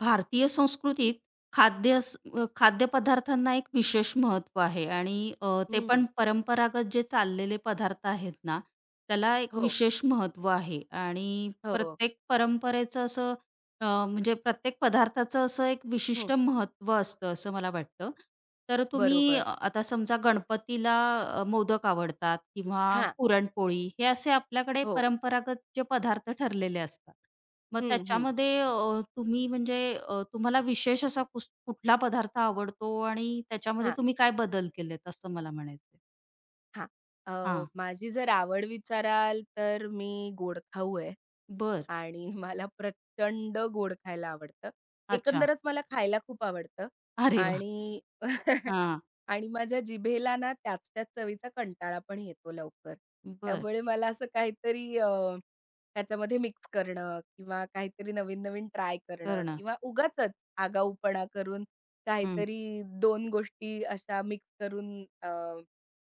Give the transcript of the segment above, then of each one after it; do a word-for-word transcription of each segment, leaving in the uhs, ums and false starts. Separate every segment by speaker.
Speaker 1: भारतीय संस्कृतीत खाद्य स- अ, खाद्यपदार्थांना एक विशेष महत्त्व आहे आणि अ, ते
Speaker 2: हं.
Speaker 1: पण परंपरागत जे चाललेले पदार्थ आहेत ना त्याला एक
Speaker 2: हो,
Speaker 1: विशेष महत्त्व आहे आणि
Speaker 2: हो.
Speaker 1: प्रत्येक परंपरेचं असं अ, म्हणजे प्रत्येक पदार्थाचं असं एक
Speaker 2: हं.
Speaker 1: विशिष्ट महत्त्व असतं असं मला वाटतं. तर तुम्ही अ,
Speaker 2: बरोबर.
Speaker 1: आता समजा गणपतीला अ, मोदक आवडतात किंवा
Speaker 2: हां.
Speaker 1: पुरणपोळी हे असे आपल्याकडे
Speaker 2: हो.
Speaker 1: परंपरागत जे पदार्थ ठरलेले असतात. मग
Speaker 2: हं, हं.
Speaker 1: त्याच्यामध्ये अ, तुम्ही म्हणजे अ, तुम्हाला विशेष असा कुस कुठला पदार्थ आवडतो आणि त्याच्यामध्ये
Speaker 2: हां,
Speaker 1: तुम्ही काय बदल केलेत असं मला म्हणायचं आहे?
Speaker 2: हां. अ,
Speaker 1: हां.
Speaker 2: माझी जर आवड विचाराल तर मी गोड खाऊ आहे
Speaker 1: बरं.
Speaker 2: आणि मला प्रचंड गोड खायला आवडतं.
Speaker 1: अच्छा.
Speaker 2: एकंदरच मला खायला खूप आवडतं
Speaker 1: अरे वाह!
Speaker 2: आणि
Speaker 1: हां.
Speaker 2: आणि माझ्या जिभेला ना त्याच-त्याच चवीचा कंटाळा पण येतो लवकर.
Speaker 1: बरं.
Speaker 2: त्यामुळे मला असं काहीतरी अ, त्याच्यामध्ये मिक्स करणं किंवा काहीतरी नवीन-नवीन ट्राय करणं
Speaker 1: करणं.
Speaker 2: किंवा उगाचच आगाऊपणा करून
Speaker 1: हं.
Speaker 2: काहीतरी दोन गोष्टी अशा मिक्स करून अ,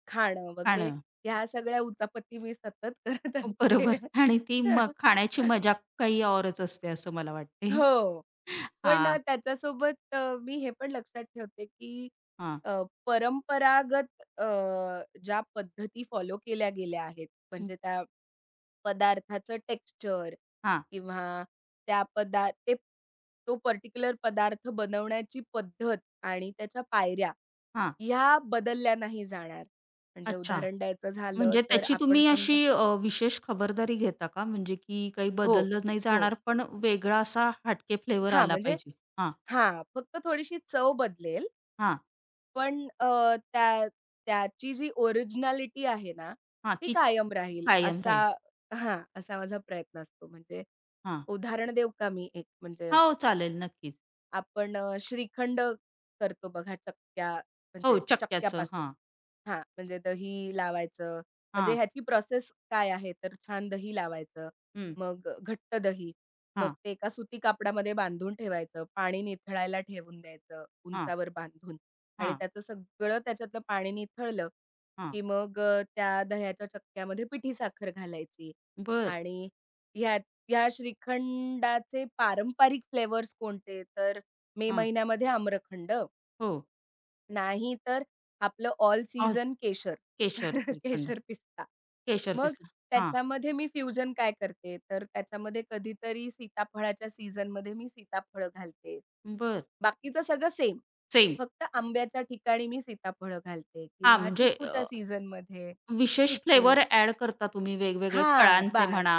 Speaker 2: खाणं वगैरे
Speaker 1: खाणं.
Speaker 2: ह्या सगळ्या उचापती मी सतत करत
Speaker 1: बरोबर.
Speaker 2: असते.
Speaker 1: आणि ती मग खाण्याची मजा काही औरच असते असं मला वाटते.
Speaker 2: हो. पण
Speaker 1: हां,
Speaker 2: अ, त्याच्यासोबत अ, मी हे पण लक्षात ठेवते, की
Speaker 1: हां.
Speaker 2: अ, परंपरागत अ, ज्या पद्धती फॉलो केल्या गेल्या आहेत,
Speaker 1: हं.
Speaker 2: म्हणजे त्या पदार्थाचं टेक्स्चर
Speaker 1: हां,
Speaker 2: किंवा त्या पदा ते तो पर्टिक्युलर पदार्थ बनवण्याची पद्धत आणि त्याच्या पायऱ्या, ह्या बदलल्या नाही जाणार. म्हणजे
Speaker 1: अच्छा.
Speaker 2: उदाहरण द्यायचं झालं
Speaker 1: म्हणजे
Speaker 2: तर
Speaker 1: त्याची
Speaker 2: आपण
Speaker 1: तुम्ही
Speaker 2: समजा
Speaker 1: अशी अ, विशेष खबरदारी घेता का? म्हणजे की काही
Speaker 2: हो,
Speaker 1: बदललं नाही
Speaker 2: हो.
Speaker 1: जाणार पण वेगळा असा हटके फ्लेवर
Speaker 2: हां,
Speaker 1: आला
Speaker 2: म्हणजे
Speaker 1: पाहिजे? हां.
Speaker 2: हां, फक्त थोडीशी चव बदलेल.
Speaker 1: हां,
Speaker 2: पण अ, त्या त्याची जी ओरिजिनॅलिटी आहे ना,
Speaker 1: हां,
Speaker 2: ती
Speaker 1: ती
Speaker 2: कायम राहील
Speaker 1: कायम
Speaker 2: असा
Speaker 1: राहील.
Speaker 2: हां, असा माझा प्रयत्न असतो. म्हणजे
Speaker 1: हां.
Speaker 2: उदाहरण देऊ का मी एक म्हणजे
Speaker 1: हो, चालेल नक्कीच.
Speaker 2: आपण अ, श्रीखंड करतो बघा चक्क्या
Speaker 1: हो,
Speaker 2: म्हणजे
Speaker 1: चक्क्याचं.
Speaker 2: चक्क्यापासून.
Speaker 1: हां,
Speaker 2: हां, म्हणजे दही लावायचं. म्हणजे
Speaker 1: हां,
Speaker 2: ह्याची प्रोसेस काय आहे तर छान दही लावायचं.
Speaker 1: हं,
Speaker 2: मग घट्ट दही. मग
Speaker 1: हां,
Speaker 2: ते एका सुती कापडामध्ये बांधून ठेवायचं. पाणी निथळायला ठेवून द्यायचं
Speaker 1: हां,
Speaker 2: उंचावर बांधून आणि
Speaker 1: हां,
Speaker 2: त्याचं सगळं त्याच्यातलं पाणी निथळलं,
Speaker 1: हां.
Speaker 2: की मग अ, त्या दह्याच्या चक्क्यामध्ये पिठी साखर घालायची
Speaker 1: बरं.
Speaker 2: आणि ह्या ह्या श्रीखंडाचे पारंपरिक फ्लेवर्स कोणते तर मे
Speaker 1: हां,
Speaker 2: महिन्यामध्ये आम्रखंड,
Speaker 1: हो.
Speaker 2: नाही तर आपलं ऑल
Speaker 1: ऑल
Speaker 2: सीझन केशर.
Speaker 1: केशर श्रीखंड,
Speaker 2: केशर पिस्ता.
Speaker 1: केशर
Speaker 2: मग
Speaker 1: पिस्ता. हां,
Speaker 2: त्याच्यामध्ये मी फ्युजन काय करते, तर त्याच्यामध्ये कधीतरी सीताफळाच्या सीझनमध्ये मी सीताफळं घालते.
Speaker 1: बरं.
Speaker 2: बाकीचं सगळं सेम.
Speaker 1: सेम.
Speaker 2: फक्त आंब्याच्या ठिकाणी मी सीताफळं घालते
Speaker 1: हां,
Speaker 2: किंवा
Speaker 1: म्हणजे
Speaker 2: चिकूच्या
Speaker 1: अ,
Speaker 2: सीझनमध्ये
Speaker 1: विशेष
Speaker 2: चिकू
Speaker 1: फ्लेवर ॲड करता तुम्ही वेगवेगळे
Speaker 2: हां,
Speaker 1: फळांचे
Speaker 2: बास,
Speaker 1: म्हणा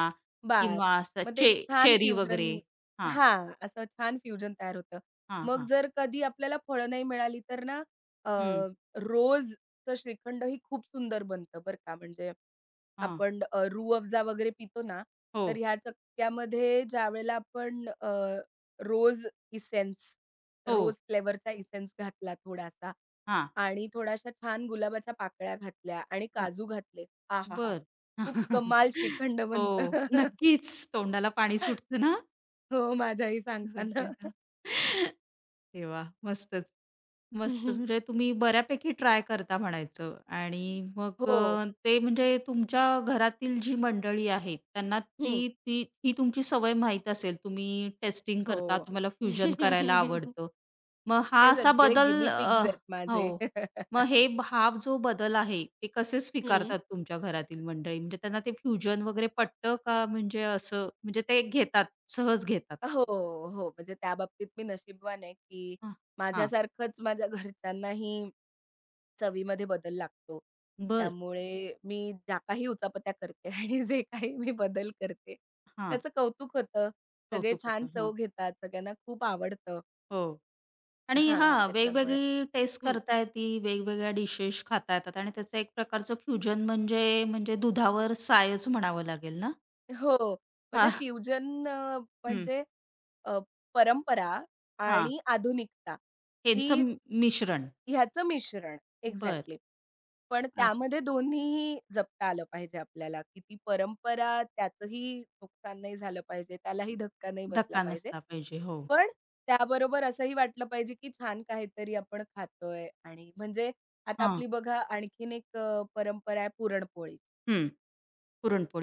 Speaker 2: बास.
Speaker 1: किंवा असं
Speaker 2: मग ते एक
Speaker 1: चे
Speaker 2: छान
Speaker 1: चेरी
Speaker 2: फ्युजन
Speaker 1: वगैरे. हां,
Speaker 2: हां, असं छान फ्युजन तयार होतं.
Speaker 1: हां,
Speaker 2: मग
Speaker 1: हां.
Speaker 2: जर कधी आपल्याला फळं नाही मिळाली तर ना अ,
Speaker 1: हं,
Speaker 2: रोजचं श्रीखंड ही खूप सुंदर बनतं बरं का. म्हणजे
Speaker 1: हां.
Speaker 2: आपण अ, रूह अफजा वगैरे पितो ना,
Speaker 1: हो,
Speaker 2: तर ह्या चक्क्यामध्ये ज्यावेळेला आपण अ, रोज इसेन्स,
Speaker 1: हो.
Speaker 2: रोज फ्लेवरचा इसेन्स घातला थोडासा
Speaker 1: हां.
Speaker 2: आणि थोड्याशा छान गुलाबाच्या पाकळ्या घातल्या आणि काजू घातले. आहाहा!
Speaker 1: बरं.
Speaker 2: खूप कमाल श्रीखंड
Speaker 1: हो,
Speaker 2: बनतं.
Speaker 1: नक्कीच. तोंडाला पाणी सुटतं ना,
Speaker 2: हो, माझी आई
Speaker 1: झोपी
Speaker 2: सांगताना.
Speaker 1: आता. अरे वाह! मस्तच. मस्तच. म्हणजे तुम्ही बऱ्यापैकी ट्राय करता म्हणायचं. आणि मग
Speaker 2: हो.
Speaker 1: अ, ते म्हणजे तुमच्या घरातील जी मंडळी आहेत त्यांना
Speaker 2: हं.
Speaker 1: ती ती ही तुमची सवय माहीत असेल. तुम्ही टेस्टिंग करता,
Speaker 2: हो.
Speaker 1: तुम्हाला फ्युजन करायला आवडतं. मग हा
Speaker 2: ते
Speaker 1: असा
Speaker 2: सगळे
Speaker 1: बदल
Speaker 2: गिनी
Speaker 1: अ,
Speaker 2: पिग्स आहेत माझे.
Speaker 1: हो. मग हे हा जो बदल आहे ते कसे
Speaker 2: हं.
Speaker 1: स्वीकारतात तुमच्या घरातील मंडळी? म्हणजे त्यांना ते फ्युजन वगैरे पटतं का म्हणजे असं म्हणजे ते घेतात, सहज घेतात?
Speaker 2: हो, हो. म्हणजे त्या बाबतीत मी नशीबवान आहे, की
Speaker 1: हां, हां.
Speaker 2: माझ्यासारखंच माझ्या घरच्यांनाही चवीमध्ये बदल लागतो.
Speaker 1: बरं.
Speaker 2: त्यामुळे मी ज्या काही उचापत्या करते आणि जे काही मी बदल करते,
Speaker 1: हां.
Speaker 2: त्याचं कौतुक होतं. सगळे
Speaker 1: कौतुक
Speaker 2: छान चव
Speaker 1: हां.
Speaker 2: घेतात, सगळ्यांना खूप आवडतं.
Speaker 1: हो. आणि
Speaker 2: हां,
Speaker 1: हां,
Speaker 2: त्याच्यामुळे.
Speaker 1: वेगवेगळी टेस्ट
Speaker 2: हं.
Speaker 1: करता येते, वेगवेगळ्या डिशेस खाता येतात आणि त्याचं एक प्रकारचं फ्युजन म्हणजे म्हणजे दुधावर सायच म्हणावं लागेल ना?
Speaker 2: हो. म्हणजे
Speaker 1: हां,
Speaker 2: फ्युजन अ,
Speaker 1: हं.
Speaker 2: म्हणजे अ, परंपरा
Speaker 1: हां.
Speaker 2: आणि आधुनिकता ही
Speaker 1: ह्यांचं मिश्रण.
Speaker 2: ह्याचं मिश्रण
Speaker 1: बर,
Speaker 2: एक्झॅक्टली. पण
Speaker 1: अ,
Speaker 2: त्यामध्ये दोन्हीही जपता आलं पाहिजे आपल्याला, की ती परंपरा त्याचंही नुकसान नाही झालं पाहिजे, त्यालाही धक्का नाही बसला
Speaker 1: धक्का
Speaker 2: पाहिजे.
Speaker 1: नसला पाहिजे. हो.
Speaker 2: पण त्याबरोबर असंही वाटलं पाहिजे, की छान काहीतरी आपण खातोय आणि म्हणजे आता
Speaker 1: हां.
Speaker 2: आपली बघा आणखीन एक अ, परंपरा आहे पुरणपोळी.
Speaker 1: हं.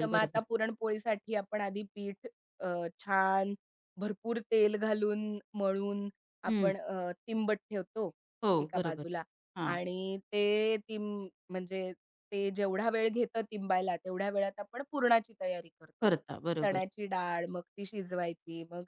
Speaker 2: तर मग आता
Speaker 1: बरोबर.
Speaker 2: पुरणपोळीसाठी आपण आधी पीठ अ, छान भरपूर तेल घालून मळून
Speaker 1: हं.
Speaker 2: आपण अ, तिंबट ठेवतो
Speaker 1: हो,
Speaker 2: एका
Speaker 1: बरोबर.
Speaker 2: बाजूला
Speaker 1: हां.
Speaker 2: आणि ते तिं म्हणजे ते जेवढा वेळ घेतं तिंबायला तेवढ्या वेळात आपण पुरणाची तयारी करतो.
Speaker 1: करता. बरोबर.
Speaker 2: चण्याची डाळ मग ती शिजवायची, मग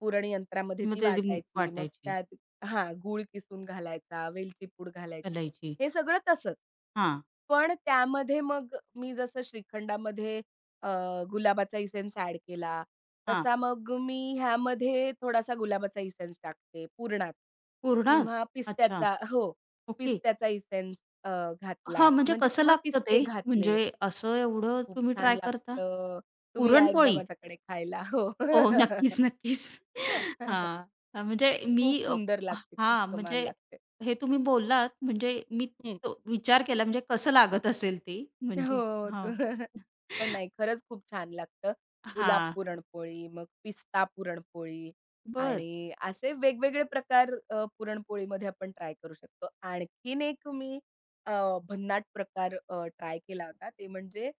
Speaker 2: पुरण यंत्रामध्ये ती
Speaker 1: मग ते
Speaker 2: वाटायची, मग
Speaker 1: वाटायची,
Speaker 2: त्यात हां, गूळ किसून घालायचा, वेलची पूड घालायची.
Speaker 1: घालायची.
Speaker 2: हे सगळं तसंच.
Speaker 1: हां,
Speaker 2: पण त्यामध्ये मग मी जसं श्रीखंडामध्ये अ, गुलाबाचा इसेन्स ॲड केला.
Speaker 1: हां.
Speaker 2: तसा मग मी ह्यामध्ये थोडासा गुलाबाचा इसेन्स टाकते पुरणात
Speaker 1: पुरणात?
Speaker 2: किंवा
Speaker 1: अच्छा.
Speaker 2: पिस्त्याचा हो,
Speaker 1: ओके.
Speaker 2: पिस्त्याचा इसेन्स अ, घातला
Speaker 1: हां, म्हणजे
Speaker 2: म्हणजे
Speaker 1: कसं
Speaker 2: किंवा
Speaker 1: लागतं ते?
Speaker 2: पिस्ते घातले.
Speaker 1: म्हणजे असं एवढं
Speaker 2: खूप
Speaker 1: तुम्ही
Speaker 2: छान
Speaker 1: ट्राय करता?
Speaker 2: लागतं. तुम्ही या एकदा
Speaker 1: पुरणपोळी?
Speaker 2: माझ्याकडे खायला. हो.
Speaker 1: हो, नक्कीच, नक्कीच. हां, अ, म्हणजे मी
Speaker 2: खूप
Speaker 1: अ,
Speaker 2: सुंदर लागते. खूप
Speaker 1: हां, म्हणजे
Speaker 2: कमाल लागते.
Speaker 1: हे तुम्ही बोललात म्हणजे मी
Speaker 2: हं.
Speaker 1: तो विचार केला म्हणजे कसं लागत असेल ते म्हणजे
Speaker 2: हो.
Speaker 1: हां,
Speaker 2: पण नाही, खरंच खूप छान लागतं. गुलाब
Speaker 1: हां,
Speaker 2: पुरणपोळी, मग पिस्ता पुरणपोळी
Speaker 1: बरं.
Speaker 2: आणि असे वेगवेगळे प्रकार अ, पुरणपोळीमध्ये आपण ट्राय करू शकतो. आणखीन एक मी अ, भन्नाट प्रकार ट्राय केला होता. ते म्हणजे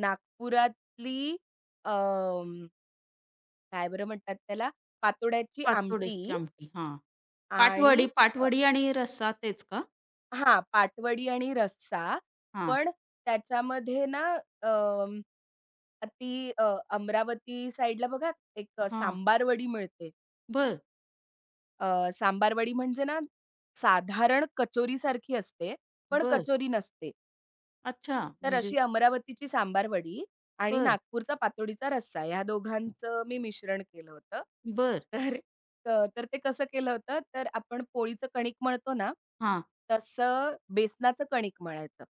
Speaker 2: नागपुरातली अ, काय बरं म्हणतात त्याला? पातोड्याची
Speaker 1: पातोड्याची
Speaker 2: आमटी
Speaker 1: आमटी. हां,
Speaker 2: आणि
Speaker 1: पाटवडी
Speaker 2: अ,
Speaker 1: पाटवडी आणि रस्सा तेच का?
Speaker 2: हां, पाटवडी आणि रस्सा.
Speaker 1: हां,
Speaker 2: पण त्याच्यामध्ये ना अं, ती अ, अमरावती साइडला बघा एक
Speaker 1: हां.
Speaker 2: सांबारवडी मिळते.
Speaker 1: बरं,
Speaker 2: अ, सांबारवडी म्हणजे ना साधारण कचोरीसारखी असते, पण
Speaker 1: बरं.
Speaker 2: कचोरी नसते.
Speaker 1: अच्छा,
Speaker 2: तर अशी
Speaker 1: म्हणजे
Speaker 2: अमरावतीची सांबारवडी आणि
Speaker 1: बरं,
Speaker 2: नागपूरचा पातोडीचा रस्सा ह्या दोघांचं मी मिश्रण केलं होतं.
Speaker 1: बरं.
Speaker 2: तर अ, तर ते कसं केलं होतं, तर आपण पोळीचं कणिक मळतो ना,
Speaker 1: हां.
Speaker 2: तसं बेसनाचं कणिक मळायचं.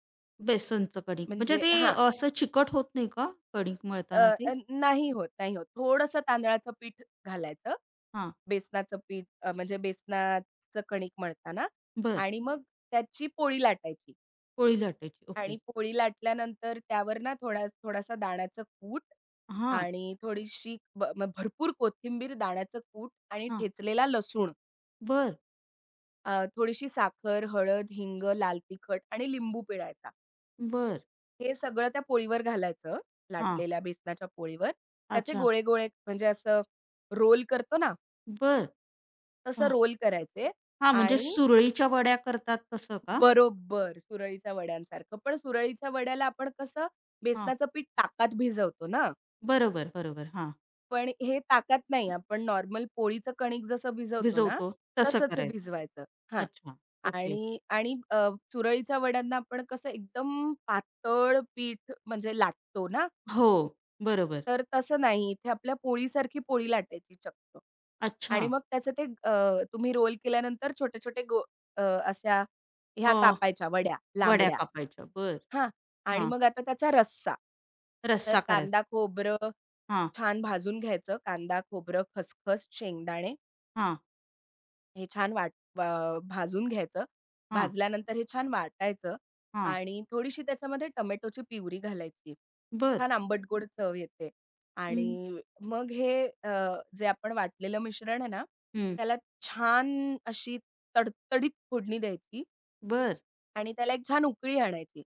Speaker 1: बेसनचं कणिक. म्हणजे
Speaker 2: म्हणजे
Speaker 1: ते
Speaker 2: हां.
Speaker 1: असं चिकट होत नाही का कणिक
Speaker 2: अ,
Speaker 1: मळताना ते?
Speaker 2: अ, नाही होत, नाही होत. थोडंसं तांदळाचं पीठ घालायचं.
Speaker 1: हां,
Speaker 2: बेसनाचं पीठ अ, म्हणजे बेसनाचं कणिक मळताना
Speaker 1: बरं.
Speaker 2: आणि मग त्याची पोळी लाटायची
Speaker 1: पोळी लाटायची. ओके.
Speaker 2: आणि पोळी लाटल्यानंतर त्यावर ना थोडा थोडासा दाण्याचं कूट
Speaker 1: हां,
Speaker 2: आणि थोडीशी ब म भरपूर कोथिंबीर, दाण्याचं कूट आणि
Speaker 1: हां.
Speaker 2: ठेचलेला लसूण,
Speaker 1: बरं,
Speaker 2: अ, थोडीशी साखर, हळद, हिंग, लाल तिखट आणि लिंबू पिळायचा.
Speaker 1: बरं.
Speaker 2: हे सगळं त्या पोळीवर घालायचं,
Speaker 1: हां.
Speaker 2: लाटलेल्या बेसनाच्या पोळीवर. त्याचे
Speaker 1: अच्छा.
Speaker 2: गोळे-गोळे म्हणजे असं रोल करतो ना,
Speaker 1: बरं.
Speaker 2: तसं
Speaker 1: हां.
Speaker 2: रोल करायचे
Speaker 1: हां, म्हणजे
Speaker 2: आणि
Speaker 1: सुरळीच्या वड्या करतात तसं का?
Speaker 2: बरोबर सुरळीच्या वड्यांसारखं. पण सुरळीच्या वड्याला आपण कसं
Speaker 1: हां.
Speaker 2: बेसनाचं पीठ ताकात भिजवतो ना,
Speaker 1: बरोबर, बरोबर. हां.
Speaker 2: पण हे ताकात नाही आपण नॉर्मल पोळीचं कणिक जसं भिजवतो ना,
Speaker 1: भिजवतो तसं
Speaker 2: तसंच हे
Speaker 1: करायचं.
Speaker 2: भिजवायचं. हां.
Speaker 1: अच्छा. ओके.
Speaker 2: आणि आणि अ, सुरळीच्या वड्यांना आपण कसं एकदम पातळ पीठ म्हणजे लाटतो ना,
Speaker 1: हो, बरोबर.
Speaker 2: तर तसं नाही. इथे आपल्या पोळीसारखी पोळी लाटायची चक्क
Speaker 1: अच्छा.
Speaker 2: आणि मग त्याचं ते अ, तुम्ही रोल केल्यानंतर छोटे-छोटे गो अ, अशा ह्या
Speaker 1: अ,
Speaker 2: कापायच्या वड्या,
Speaker 1: वड्या
Speaker 2: लांबड्या
Speaker 1: कापायच्या. बरं.
Speaker 2: हां. आणि
Speaker 1: हां.
Speaker 2: मग आता त्याचा रस्सा. तर
Speaker 1: रस्सा करायचा.
Speaker 2: कांदा, खोबरं
Speaker 1: हां,
Speaker 2: छान भाजून घ्यायचं. कांदा, खोबरं, खसखस, शेंगदाणे
Speaker 1: हां,
Speaker 2: हे छान वाट अ, भाजून घ्यायचं.
Speaker 1: हां,
Speaker 2: भाजल्यानंतर हे छान वाटायचं
Speaker 1: हां.
Speaker 2: आणि थोडीशी त्याच्यामध्ये टोमॅटोची प्युरी घालायची.
Speaker 1: बरं.
Speaker 2: छान आंबट-गोड चव येते
Speaker 1: हं,
Speaker 2: आणि मग हे अ, जे आपण वाटलेलं मिश्रण आहे ना,
Speaker 1: हं.
Speaker 2: त्याला छान अशी तडतडीत फोडणी द्यायची
Speaker 1: बरं.
Speaker 2: आणि त्याला एक छान उकळी आणायची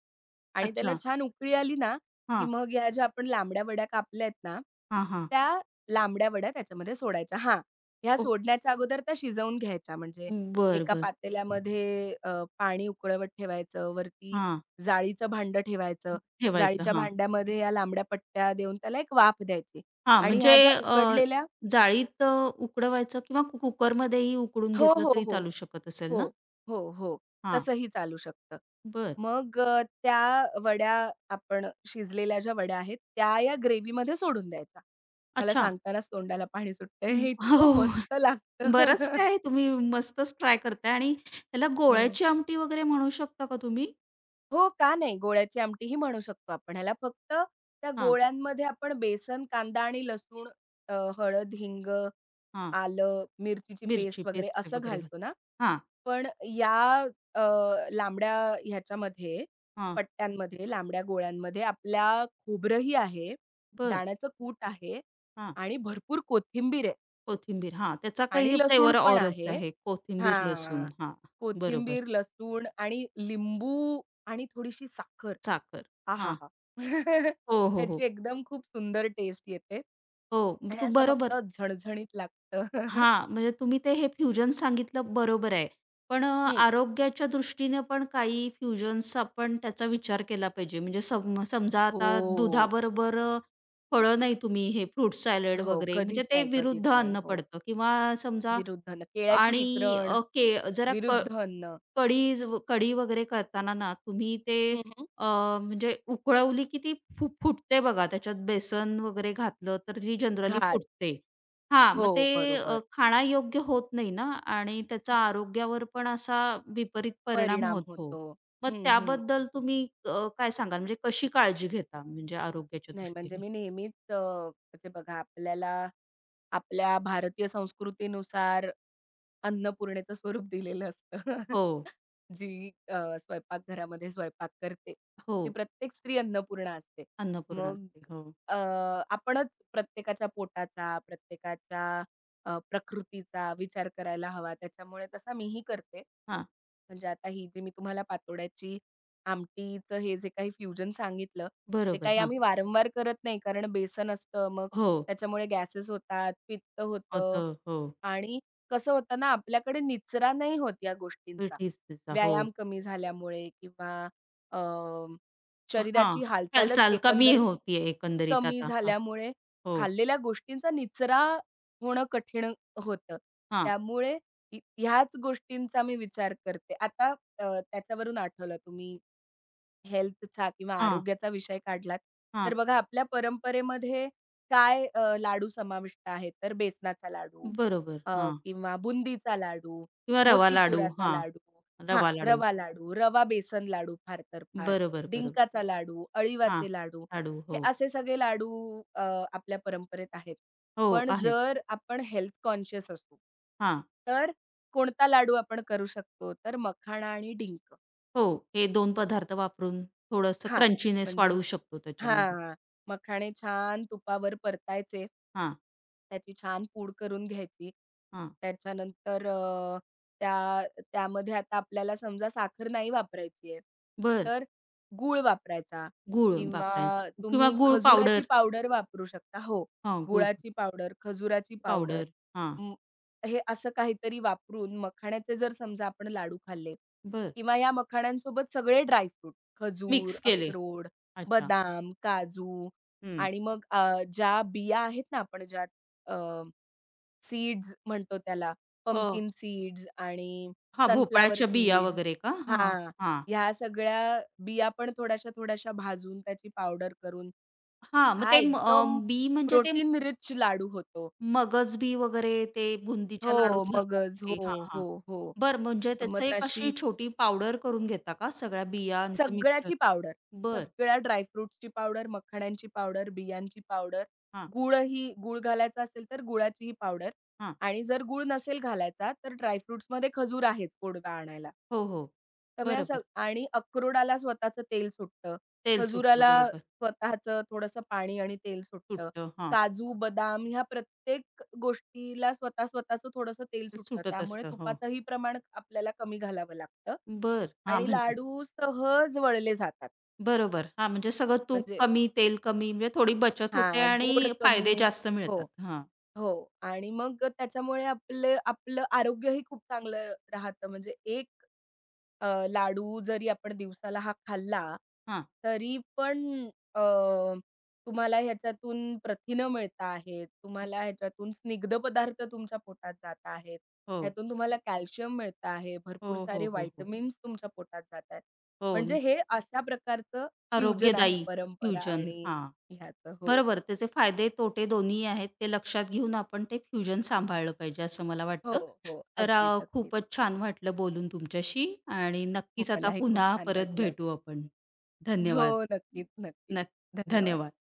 Speaker 2: आणि त्याला
Speaker 1: अच्छा.
Speaker 2: छान उकळी आली ना, की
Speaker 1: हां.
Speaker 2: मग ह्या ज्या आपण लांबड्या वड्या कापल्या आहेत ना,
Speaker 1: हां, हां.
Speaker 2: त्या लांबड्या वड्या त्याच्यामध्ये सोडायच्या. हां, ह्या
Speaker 1: ओ
Speaker 2: सोडण्याच्या अगोदर त्या शिजवून घ्यायच्या. म्हणजे
Speaker 1: बर
Speaker 2: एका
Speaker 1: बरं.
Speaker 2: पातेल्यामध्ये अ, पाणी उकळवत ठेवायचं, वरती
Speaker 1: हां,
Speaker 2: जाळीचं भांडं ठेवायचं.
Speaker 1: ठेवायचं.
Speaker 2: जाळीच्या
Speaker 1: हां.
Speaker 2: भांड्यामध्ये या लांबड्या पट्ट्या देऊन त्याला एक वाफ द्यायची
Speaker 1: हां,
Speaker 2: आणि
Speaker 1: म्हणजे
Speaker 2: ह्या ज्या
Speaker 1: अ,
Speaker 2: उकडलेल्या
Speaker 1: जाळीत अ, उकडवायचं किंवा कु कुकरमध्येही उकडून
Speaker 2: हो,
Speaker 1: घेतलं
Speaker 2: हो,
Speaker 1: तरी
Speaker 2: हो.
Speaker 1: चालू शकत असेल ना?
Speaker 2: हो, हो, हो.
Speaker 1: हां,
Speaker 2: तसंही चालू शकतं.
Speaker 1: बरं.
Speaker 2: मग अ, त्या वड्या आपण शिजलेल्या ज्या वड्या आहेत, त्या या ग्रेव्हीमध्ये सोडून द्यायच्या. मला
Speaker 1: अच्छा.
Speaker 2: सांगतानाच तोंडाला पाणी सुटतंय.
Speaker 1: हं.
Speaker 2: हे
Speaker 1: हो,
Speaker 2: इतकं
Speaker 1: हो.
Speaker 2: मस्त लागतं.
Speaker 1: बरंच काय तुम्ही मस्तच ट्राय करताय आणि ह्याला
Speaker 2: हो.
Speaker 1: गोळ्याची आमटी वगैरे म्हणू शकता का तुम्ही?
Speaker 2: हो, का नाही? गोळ्याची आमटीही म्हणू शकतो आपण ह्याला. फक्त त्या
Speaker 1: हां,
Speaker 2: गोळ्यांमध्ये आपण बेसन, कांदा आणि लसूण, अ, हळद, हिंग,
Speaker 1: हां.
Speaker 2: आलं, मिरचीची
Speaker 1: मिरची
Speaker 2: पेस्ट वगैरे
Speaker 1: पेस्ट
Speaker 2: असं
Speaker 1: वगैरे घालून.
Speaker 2: घालतो ना.
Speaker 1: हां,
Speaker 2: पण या अ, लांबड्या ह्याच्यामध्ये
Speaker 1: हां.
Speaker 2: पट्ट्यांमध्ये, लांबड्या गोळ्यांमध्ये आपल्या खोबरंही आहे,
Speaker 1: बरं.
Speaker 2: दाण्याचं कूट आहे
Speaker 1: हां,
Speaker 2: आणि भरपूर कोथिंबीर आहे
Speaker 1: कोथिंबीर. हां, त्याचा
Speaker 2: आणि
Speaker 1: काही
Speaker 2: लसूण
Speaker 1: फ्लेवर
Speaker 2: पण
Speaker 1: औरच
Speaker 2: आहे.
Speaker 1: आहे. कोथिंबीर, लसूण.
Speaker 2: हां.
Speaker 1: हां, बरोबर.
Speaker 2: कोथिंबीर, लसूण आणि लिंबू आणि थोडीशी साखर.
Speaker 1: साखर. हां.
Speaker 2: आहाहा!
Speaker 1: हो, हो, हो.
Speaker 2: ह्याची एकदम खूप सुंदर टेस्ट येते
Speaker 1: हो,
Speaker 2: आणि
Speaker 1: तू
Speaker 2: असं मस्त
Speaker 1: बरोबर.
Speaker 2: झणझणीत लागतं.
Speaker 1: हां, म्हणजे तुम्ही ते हे फ्युजन सांगितलं बरोबर आहे. पण अ,
Speaker 2: हं.
Speaker 1: आरोग्याच्या दृष्टीने पण काही फ्युजन्स आपण त्याचा विचार केला पाहिजे. म्हणजे सम समजा आता
Speaker 2: हो,
Speaker 1: दुधाबरोबर अ, फळं नाही तुम्ही हे फ्रूट सॅलड
Speaker 2: हो.
Speaker 1: वगैरे
Speaker 2: कधीच
Speaker 1: म्हणजे ते
Speaker 2: नाही, कधीच
Speaker 1: विरुद्ध
Speaker 2: नाही.
Speaker 1: अन्न
Speaker 2: हो.
Speaker 1: पडतं किंवा समजा
Speaker 2: विरुद्ध अन्न. केळ्याची
Speaker 1: आणि
Speaker 2: शिकरण,
Speaker 1: अ, के जरा क
Speaker 2: विरुद्ध अन्न,
Speaker 1: कढी ज कढी वगैरे करताना ना तुम्ही ते
Speaker 2: हं, हं.
Speaker 1: अ, म्हणजे उकळवली की ती फु फुटते बघा. त्याच्यात बेसन वगैरे घातलं तर ती जनरली
Speaker 2: घात.
Speaker 1: फुटते. हां,
Speaker 2: हो,
Speaker 1: मग ते अ,
Speaker 2: बरोबर.
Speaker 1: खाण्यायोग्य होत नाही ना आणि त्याचा आरोग्यावर पण असा विपरीत परिणाम
Speaker 2: परिणाम
Speaker 1: होतो.
Speaker 2: होतो.
Speaker 1: मग
Speaker 2: हं, हं.
Speaker 1: त्याबद्दल तुम्ही अ, काय सांगाल? म्हणजे कशी काळजी घेता म्हणजे आरोग्याच्या
Speaker 2: नाही म्हणजे
Speaker 1: दृष्टीने?
Speaker 2: मी नेहमीच अ, म्हणजे बघा आपल्याला आपल्या भारतीय संस्कृतीनुसार अन्नपूर्णेचं स्वरूप दिलेलं असतं.
Speaker 1: हो,
Speaker 2: जी अ, स्वयंपाकघरामध्ये स्वयंपाक करते,
Speaker 1: हो.
Speaker 2: ती प्रत्येक स्त्री अन्नपूर्णा असते.
Speaker 1: अन्नपूर्णा
Speaker 2: मग
Speaker 1: असते. हो.
Speaker 2: अ, आपणच प्रत्येकाच्या पोटाचा, प्रत्येकाच्या अ, प्रकृतीचा विचार करायला हवा. त्याच्यामुळे तसा मीही करते.
Speaker 1: हां,
Speaker 2: म्हणजे आता ही जी मी तुम्हाला पातोड्याची आमटीचं हे जे काही फ्युजन सांगितलं, ते
Speaker 1: बरोबर.
Speaker 2: काही
Speaker 1: हां.
Speaker 2: आम्ही वारंवार करत नाही. कारण बेसन असतं, मग
Speaker 1: हो.
Speaker 2: त्याच्यामुळे गॅसेस होतात, पित्त होतं
Speaker 1: होतं. हो.
Speaker 2: आणि कसं होतं ना, आपल्याकडे निचरा नाही होत या गोष्टींचा.
Speaker 1: पीठ तिचा. हो.
Speaker 2: व्यायाम कमी झाल्यामुळे किंवा अ,
Speaker 1: हां,
Speaker 2: शरीराची हालचालच
Speaker 1: हालचाल कमी
Speaker 2: एकंदर
Speaker 1: होतीये एकंदरीत
Speaker 2: कमी
Speaker 1: आता. हां,
Speaker 2: झाल्यामुळे
Speaker 1: हो.
Speaker 2: खाल्लेल्या गोष्टींचा निचरा होणं कठीण होतं.
Speaker 1: हां,
Speaker 2: त्यामुळे इ- ह्याच गोष्टींचा मी विचार करते. आता अ, त्याच्यावरून आठवलं तुम्ही हेल्थचा किंवा
Speaker 1: हां,
Speaker 2: आरोग्याचा विषय काढलात,
Speaker 1: हां.
Speaker 2: तर बघा आपल्या परंपरेमध्ये काय अ, लाडू समाविष्ट आहेत? तर बेसनाचा लाडू
Speaker 1: बरोबर.
Speaker 2: अ,
Speaker 1: हां.
Speaker 2: किंवा बुंदीचा लाडू,
Speaker 1: किंवा रवा लाडू.
Speaker 2: मोतीचुराचा
Speaker 1: हां,
Speaker 2: लाडू हां,
Speaker 1: रवा लाडू.
Speaker 2: रवा लाडू, रवा बेसन लाडू फार तर फार,
Speaker 1: बरोबर, बरोबर.
Speaker 2: डिंकाचा लाडू,
Speaker 1: हां,
Speaker 2: अळीवाचे लाडू,
Speaker 1: लाडू.
Speaker 2: हे
Speaker 1: हो,
Speaker 2: असे सगळे लाडू अ, आपल्या परंपरेत आहेत.
Speaker 1: हो,
Speaker 2: पण
Speaker 1: आहेत.
Speaker 2: जर आपण हेल्थ कॉन्शियस असू,
Speaker 1: हां,
Speaker 2: तर कोणता लाडू आपण करू शकतो? तर मखाणा आणि डिंक.
Speaker 1: हो. हे दोन पदार्थ वापरून थोडंसं
Speaker 2: हां,
Speaker 1: क्रंचीनेस
Speaker 2: म्हणजे
Speaker 1: वाढवू शकतो त्याच्यामध्ये.
Speaker 2: हां, मखाणे छान तुपावर परतायचे.
Speaker 1: हां,
Speaker 2: त्याची छान पूड करून घ्यायची.
Speaker 1: हां.
Speaker 2: त्याच्यानंतर अ, त्या त्यामध्ये आता आपल्याला समजा साखर नाही वापरायची आहे,
Speaker 1: बरं.
Speaker 2: तर गूळ वापरायचा
Speaker 1: गूळ
Speaker 2: किंवा
Speaker 1: वापरायचं किंवा
Speaker 2: तुम्ही
Speaker 1: गूळ
Speaker 2: खजुराची
Speaker 1: पावडर.
Speaker 2: पावडर वापरू शकता. हो,
Speaker 1: हां, गूळ
Speaker 2: गुळाची पावडर, खजुराची पावडर
Speaker 1: पावडर. हां,
Speaker 2: अं, हे असं काहीतरी वापरून मखाण्याचे जर समजा आपण लाडू खाल्ले
Speaker 1: बरं.
Speaker 2: किंवा या मखाण्यांसोबत सगळे ड्राय खजूर,
Speaker 1: मिक्स केले.
Speaker 2: अक्रोड
Speaker 1: अच्छा.
Speaker 2: बदाम, काजू
Speaker 1: हं.
Speaker 2: आणि मग अ, ज्या बिया आहेत ना आपण ज्यात सीड्स म्हणतो त्याला,
Speaker 1: अ,
Speaker 2: पंपकिन सीड्स आणि
Speaker 1: हां,
Speaker 2: सनफ्लॉवर
Speaker 1: भोपळ्याच्या बिया
Speaker 2: सीड्स
Speaker 1: वगैरे का? हां,
Speaker 2: हां,
Speaker 1: हां.
Speaker 2: ह्या सगळ्या बिया पण थोड्याशा-थोड्याशा भाजून त्याची पावडर करून
Speaker 1: हां, मग
Speaker 2: हा
Speaker 1: ते म- अ,
Speaker 2: एकदम
Speaker 1: बी म्हणजे ते मगज
Speaker 2: प्रोटीन रिच लाडू होतो.
Speaker 1: मगजबी वगैरे ते बुंदीच्या लाडूत
Speaker 2: हो,
Speaker 1: घालतात
Speaker 2: मगज. हो,
Speaker 1: ते. हां, हां.
Speaker 2: हो, हो.
Speaker 1: बरं म्हणजे
Speaker 2: तर मग
Speaker 1: त्याचं एक
Speaker 2: तशी
Speaker 1: अशी छोटी पावडर करून घेता का सगळ्या बियांचं मिक्सचर?
Speaker 2: सगळ्याची पावडर.
Speaker 1: बरं.
Speaker 2: सगळ्या ड्राय फ्रुट्सची पावडर, मखाण्यांची पावडर, बियांची पावडर,
Speaker 1: हां,
Speaker 2: गूळही गूळ घालायचा असेल तर गुळाचीही पावडर
Speaker 1: हां.
Speaker 2: आणि जर गूळ नसेल घालायचा तर ड्राय खजूर आहेच गोडवा आणायला.
Speaker 1: हो, हो.
Speaker 2: त्यामुळे असं
Speaker 1: बरोबर.
Speaker 2: आणि अक्रोडाला स्वतःचं तेल सुटतं.
Speaker 1: तेल सुटतं.
Speaker 2: खजुराला
Speaker 1: बरोबर.
Speaker 2: स्वतःचं थोडंसं पाणी आणि तेल सुटतं.
Speaker 1: सुटतं. हां.
Speaker 2: काजू, बदाम ह्या प्रत्येक गोष्टीला स्वतः स्वतःचं थोडंसं तेल
Speaker 1: ते
Speaker 2: सुटतं.
Speaker 1: सुटत
Speaker 2: त्यामुळे
Speaker 1: असतं. हो.
Speaker 2: तुपाचंही प्रमाण आपल्याला कमी घालावं लागतं
Speaker 1: बर, हां,
Speaker 2: आणि
Speaker 1: म्हणजे
Speaker 2: लाडू सहज वळले जातात.
Speaker 1: बरोबर. हां, म्हणजे सगळं तूप
Speaker 2: म्हणजे
Speaker 1: कमी, तेल कमी म्हणजे थोडी बचत होते
Speaker 2: हां, गोड
Speaker 1: आणि फायदे
Speaker 2: कमी
Speaker 1: जास्त
Speaker 2: हो,
Speaker 1: मिळतात. हां,
Speaker 2: हो. आणि मग त्याच्यामुळे आपलं आपलं आरोग्यही खूप चांगलं राहतं. म्हणजे एक अ, लाडू जरी आपण दिवसाला हा खाल्ला,
Speaker 1: हां.
Speaker 2: तरी पण अ, तुम्हाला ह्याच्यातून प्रथिनं मिळत आहेत, तुम्हाला ह्याच्यातून स्निग्ध पदार्थ तुमच्या पोटात जात आहेत,
Speaker 1: हो.
Speaker 2: ह्यातून तुम्हाला कॅल्शियम मिळतं आहे,
Speaker 1: हो,
Speaker 2: भरपूर
Speaker 1: हो,
Speaker 2: सारे
Speaker 1: हो, हो.
Speaker 2: व्हिटॅमिन्स तुमच्या पोटात जात आहेत.
Speaker 1: हो.
Speaker 2: म्हणजे हे अशा प्रकारचं फ्युजन आहे
Speaker 1: आरोग्यदायी
Speaker 2: परंपरा
Speaker 1: फ्युजन.
Speaker 2: आणि
Speaker 1: हां.
Speaker 2: ह्याचं. हो.
Speaker 1: बरोबर. त्याचे फायदे, तोटे दोन्ही आहेत. ते लक्षात घेऊन आपण ते फ्युजन सांभाळलं पाहिजे असं मला
Speaker 2: हो,
Speaker 1: वाटतं.
Speaker 2: हो.
Speaker 1: तर अ,
Speaker 2: अगदीच, अगदीच.
Speaker 1: खूपच छान वाटलं बोलून तुमच्याशी आणि नक्कीच आता
Speaker 2: मलाही खूप
Speaker 1: पुन्हा
Speaker 2: छान
Speaker 1: परत
Speaker 2: वाटलं.
Speaker 1: भेटू आपण.
Speaker 2: हो,
Speaker 1: धन्यवाद.
Speaker 2: नक्कीच, नक्कीच.
Speaker 1: नक्क
Speaker 2: धन्यवाद.
Speaker 1: धन्यवाद.